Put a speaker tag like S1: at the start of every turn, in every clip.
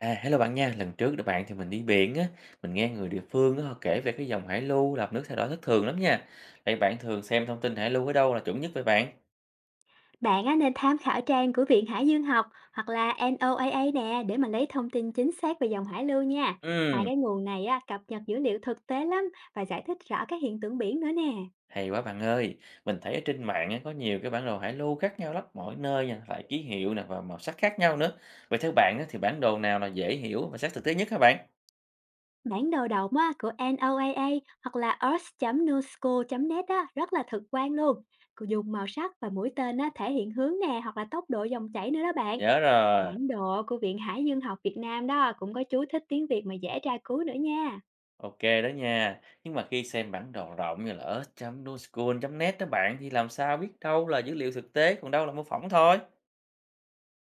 S1: À, hello bạn nha. Lần trước các bạn thì mình đi biển á, mình nghe người địa phương á, họ kể về cái dòng hải lưu làm nước thay đổi thất thường lắm nha. Vậy bạn thường xem thông tin hải lưu ở đâu là chuẩn nhất vậy bạn?
S2: Bạn á, nên tham khảo trang của Viện Hải dương học hoặc là NOAA nè để mà lấy thông tin chính xác về dòng hải lưu nha. Hai
S1: Ừ,
S2: cái nguồn này á, cập nhật dữ liệu thực tế lắm và giải thích rõ các hiện tượng biển nữa nè.
S1: hay quá bạn ơi. Mình thấy ở trên mạng á, có nhiều cái bản đồ hải lưu khác nhau lắm, mỗi nơi nha, lại ký hiệu nè và màu sắc khác nhau nữa. Vậy theo bạn á, thì bản đồ nào là dễ hiểu và sát thực tế nhất các bạn?
S2: Bản đồ động á, của NOAA hoặc là earth.nusco.net á, rất là thực quan luôn. Dùng màu sắc và mũi tên á, thể hiện hướng nè hoặc là tốc độ dòng chảy nữa đó bạn.
S1: Nhớ rồi.
S2: Bản đồ của Viện Hải dương học Việt Nam đó cũng có chú thích tiếng Việt mà dễ tra cứu nữa nha.
S1: Ok đó nha. Nhưng mà khi xem bản đồ rộng như là earth.nuschool.net đó bạn thì làm sao biết đâu là dữ liệu thực tế còn đâu là mô phỏng thôi.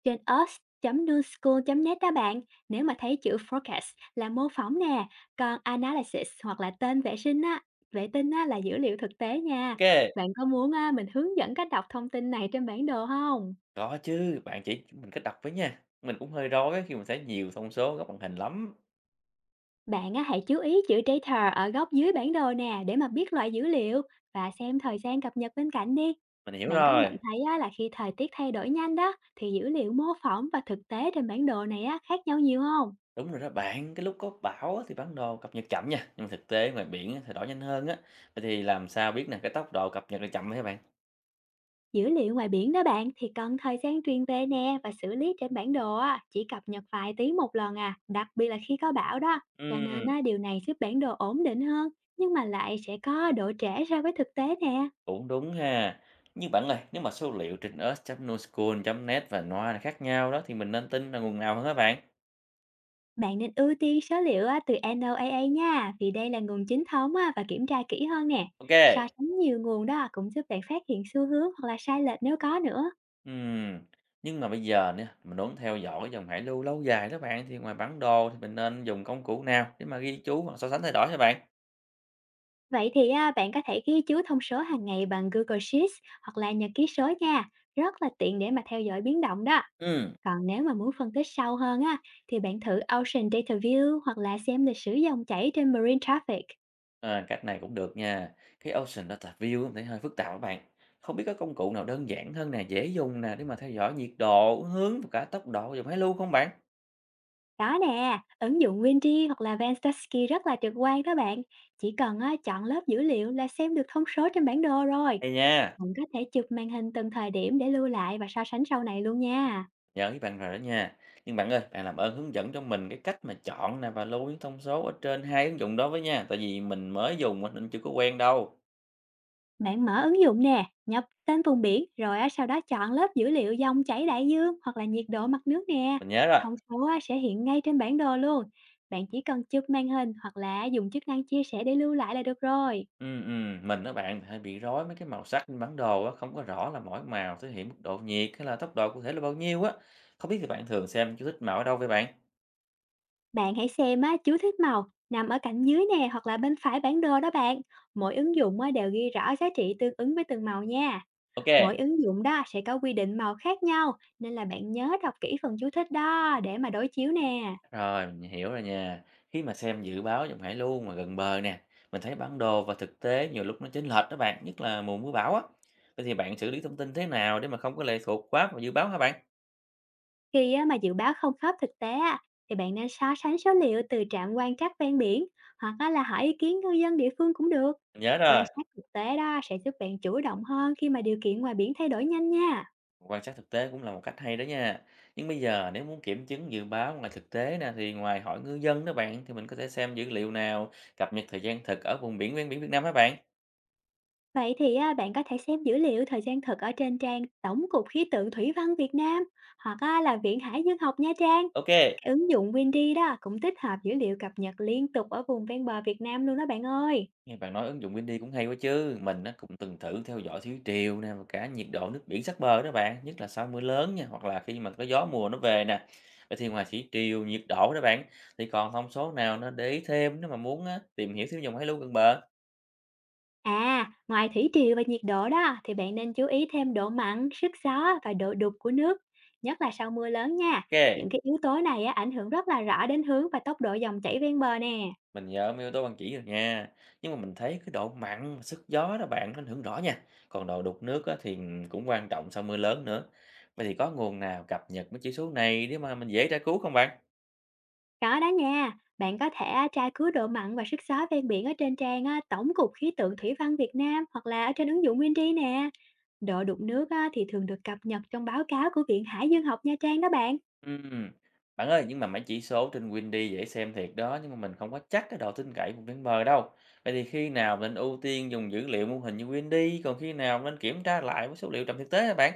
S2: Trên us newschool net đó bạn, nếu mà thấy chữ forecast là mô phỏng nè, còn analysis hoặc là tên vệ tinh á là dữ liệu thực tế nha.
S1: Ok.
S2: Bạn có muốn á, mình hướng dẫn cách đọc thông tin này trên bản đồ không?
S1: Có chứ, bạn chỉ mình có đọc với nha, mình cũng hơi rối á khi mình thấy nhiều thông số góc màn hình lắm.
S2: Bạn á, hãy chú ý chữ data ở góc dưới bản đồ nè để mà biết loại dữ liệu và xem thời gian cập nhật bên cạnh đi.
S1: Mình hiểu
S2: Bạn có nhận
S1: rồi,
S2: thấy á, là khi thời tiết thay đổi nhanh đó thì dữ liệu mô phỏng và thực tế trên bản đồ này á, khác nhau nhiều không?
S1: đúng rồi đó bạn, cái lúc có bão á thì bản đồ cập nhật chậm nha, nhưng mà thực tế ngoài biển á thì đổi nhanh hơn á. Vậy thì làm sao biết nè cái tốc độ cập nhật là chậm hả bạn?
S2: Dữ liệu ngoài biển đó bạn thì cần thời gian truyền về nè và xử lý trên bản đồ á, chỉ cập nhật vài tiếng một lần à, đặc biệt là khi có bão đó. Cho nên
S1: Ừm,
S2: á, điều này giúp bản đồ ổn định hơn, nhưng mà lại sẽ có độ trễ so với thực tế nè.
S1: cũng đúng ha. Nhưng bạn ơi, nếu mà số liệu trên earth.nuschool.net và NOAA là khác nhau đó thì mình nên tin là nguồn nào hơn hả bạn?
S2: Bạn nên ưu tiên số liệu á, từ NOAA nha, vì đây là nguồn chính thống á, và kiểm tra kỹ hơn nè.
S1: Ok.
S2: So sánh nhiều nguồn đó cũng giúp bạn phát hiện xu hướng hoặc là sai lệch nếu có nữa.
S1: Ừm, nhưng mà bây giờ nè mình muốn theo dõi dòng hải lưu lâu dài đó bạn, thì ngoài bản đồ thì mình nên dùng công cụ nào để mà ghi chú hoặc so sánh thay đổi hả bạn?
S2: Vậy thì à, bạn có thể ghi chú thông số hàng ngày bằng Google Sheets hoặc là nhật ký số nha. Rất là tiện để mà theo dõi biến động đó.
S1: Ừ,
S2: Còn nếu mà muốn phân tích sâu hơn á, thì bạn thử Ocean Data View hoặc là xem lịch sử dòng chảy trên Marine Traffic.
S1: à, cách này cũng được nha. Cái Ocean Data View mình thấy hơi phức tạp các bạn. Không biết có công cụ nào đơn giản hơn nè, dễ dùng nè để mà theo dõi nhiệt độ, hướng và cả tốc độ dòng hải lưu không bạn?
S2: Đó nè, ứng dụng Windy hoặc là Vanstatsky rất là trực quan đó bạn. Chỉ cần à, chọn lớp dữ liệu là xem được thông số trên bản đồ rồi.
S1: Hay nha,
S2: Bạn có thể chụp màn hình từng thời điểm để lưu lại và so sánh sau này luôn nha.
S1: nhớ với bạn rồi đó nha. Nhưng bạn ơi, bạn làm ơn hướng dẫn cho mình cái cách mà chọn nè và lưu những thông số ở trên hai ứng dụng đó với nha. Tại vì mình mới dùng á, nên chưa có quen đâu.
S2: Bạn mở ứng dụng nè, nhập tên vùng biển rồi á, sau đó chọn lớp dữ liệu dòng chảy đại dương hoặc là nhiệt độ mặt nước nè.
S1: Mình nhớ rồi.
S2: Thông số á, sẽ hiện ngay trên bản đồ luôn. Bạn chỉ cần chụp màn hình hoặc là dùng chức năng chia sẻ để lưu lại là được rồi.
S1: Mình á bạn hay bị rối mấy cái màu sắc trên bản đồ á, không có rõ là mỗi màu thể hiện mức độ nhiệt hay là tốc độ cụ thể là bao nhiêu á. Không biết thì bạn thường xem chú thích màu ở đâu vậy bạn?
S2: Bạn hãy xem á, chú thích màu nằm ở cạnh dưới nè hoặc là bên phải bản đồ đó bạn. Mỗi ứng dụng á, đều ghi rõ giá trị tương ứng với từng màu nha.
S1: OK,
S2: Mỗi ứng dụng đó sẽ có quy định màu khác nhau, nên là bạn nhớ đọc kỹ phần chú thích đó để mà đối chiếu nè.
S1: rồi mình hiểu rồi nha. Khi mà xem dự báo dòng hải lưu mà gần bờ nè, mình thấy bản đồ và thực tế nhiều lúc nó chênh lệch đó bạn, nhất là mùa mưa bão á. Vậy thì bạn xử lý thông tin thế nào để mà không có lệ thuộc quá vào dự báo hả bạn?
S2: Khi á, mà dự báo không khớp thực tế á, thì bạn nên so sánh số liệu từ trạm quan trắc ven biển hoặc á, là hỏi ý kiến ngư dân địa phương cũng được.
S1: Nhớ
S2: Quan
S1: rồi.
S2: sát thực tế đó sẽ giúp bạn chủ động hơn khi mà điều kiện ngoài biển thay đổi nhanh nha.
S1: Quan sát thực tế cũng là một cách hay đó nha. Nhưng bây giờ nếu muốn kiểm chứng dự báo ngoài thực tế nè thì ngoài hỏi ngư dân đó bạn thì mình có thể xem dữ liệu nào cập nhật thời gian thực ở vùng biển ven biển Việt Nam hả bạn?
S2: Vậy thì á, bạn có thể xem dữ liệu thời gian thực ở trên trang Tổng cục Khí tượng Thủy văn Việt Nam hoặc á, là Viện Hải dương học Nha Trang.
S1: Ok,
S2: Cái ứng dụng Windy đó cũng tích hợp dữ liệu cập nhật liên tục ở vùng ven bờ Việt Nam luôn đó bạn ơi.
S1: nghe bạn nói ứng dụng Windy cũng hay quá chứ. Mình nó cũng từng thử theo dõi thủy triều nè và cả nhiệt độ nước biển sát bờ đó bạn, nhất là sau mưa lớn nha hoặc là khi mà có gió mùa nó về nè. Vậy thì ngoài thủy triều, nhiệt độ đó bạn thì còn thông số nào nó để ý thêm nếu mà muốn á, tìm hiểu thiếu dòng hải lưu gần bờ.
S2: À, ngoài thủy triều và nhiệt độ đó thì bạn nên chú ý thêm độ mặn, sức gió và độ đục của nước, nhất là sau mưa lớn nha.
S1: Ok.
S2: Những cái yếu tố này á, ảnh hưởng rất là rõ đến hướng và tốc độ dòng chảy ven bờ nè.
S1: Mình nhớ mấy yếu tố ban chỉ rồi nha. Nhưng mà mình thấy cái độ mặn và sức gió đó bạn nó ảnh hưởng rõ nha. Còn độ đục nước á, thì cũng quan trọng sau mưa lớn nữa. Vậy thì có nguồn nào cập nhật mấy chỉ số này để mà mình dễ tra cứu không bạn?
S2: Có đó nha, bạn có thể à, tra cứu độ mặn và sức gió ven biển ở trên trang à, Tổng cục Khí tượng Thủy văn Việt Nam hoặc là ở trên ứng dụng WinRI nè. Độ đục nước á, thì thường được cập nhật trong báo cáo của Viện Hải dương học Nha Trang đó bạn.
S1: Ừm. Bạn ơi, nhưng mà mấy chỉ số trên Windy dễ xem thiệt đó, nhưng mà mình không có chắc cái độ tin cậy của bên bờ đâu. Vậy thì khi nào mình ưu tiên dùng dữ liệu mô hình như Windy, còn khi nào nên kiểm tra lại với số liệu trạm thực tế hả bạn?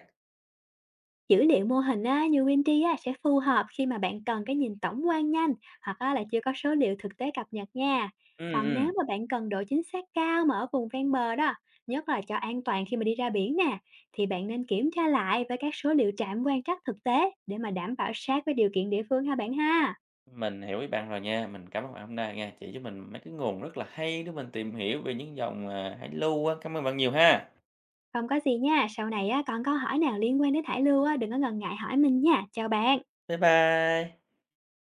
S2: Dữ liệu mô hình á, như Windy á, sẽ phù hợp khi mà bạn cần cái nhìn tổng quan nhanh hoặc á, là chưa có số liệu thực tế cập nhật nha.
S1: Ừ,
S2: Còn
S1: ừ.
S2: nếu mà bạn cần độ chính xác cao mà ở vùng ven bờ đó, nhất là cho an toàn khi mà đi ra biển nè, thì bạn nên kiểm tra lại với các số liệu trạm quan trắc thực tế để mà đảm bảo sát với điều kiện địa phương ha bạn ha.
S1: Mình hiểu ý bạn rồi nha, mình cảm ơn bạn hôm nay nha, chỉ cho mình mấy cái nguồn rất là hay để mình tìm hiểu về những dòng, à, hải lưu á. Cảm ơn bạn nhiều ha.
S2: Không có gì nha, sau này á, còn câu hỏi nào liên quan đến thải lưu á, đừng có ngần ngại hỏi mình nha. Chào bạn.
S1: Bye bye.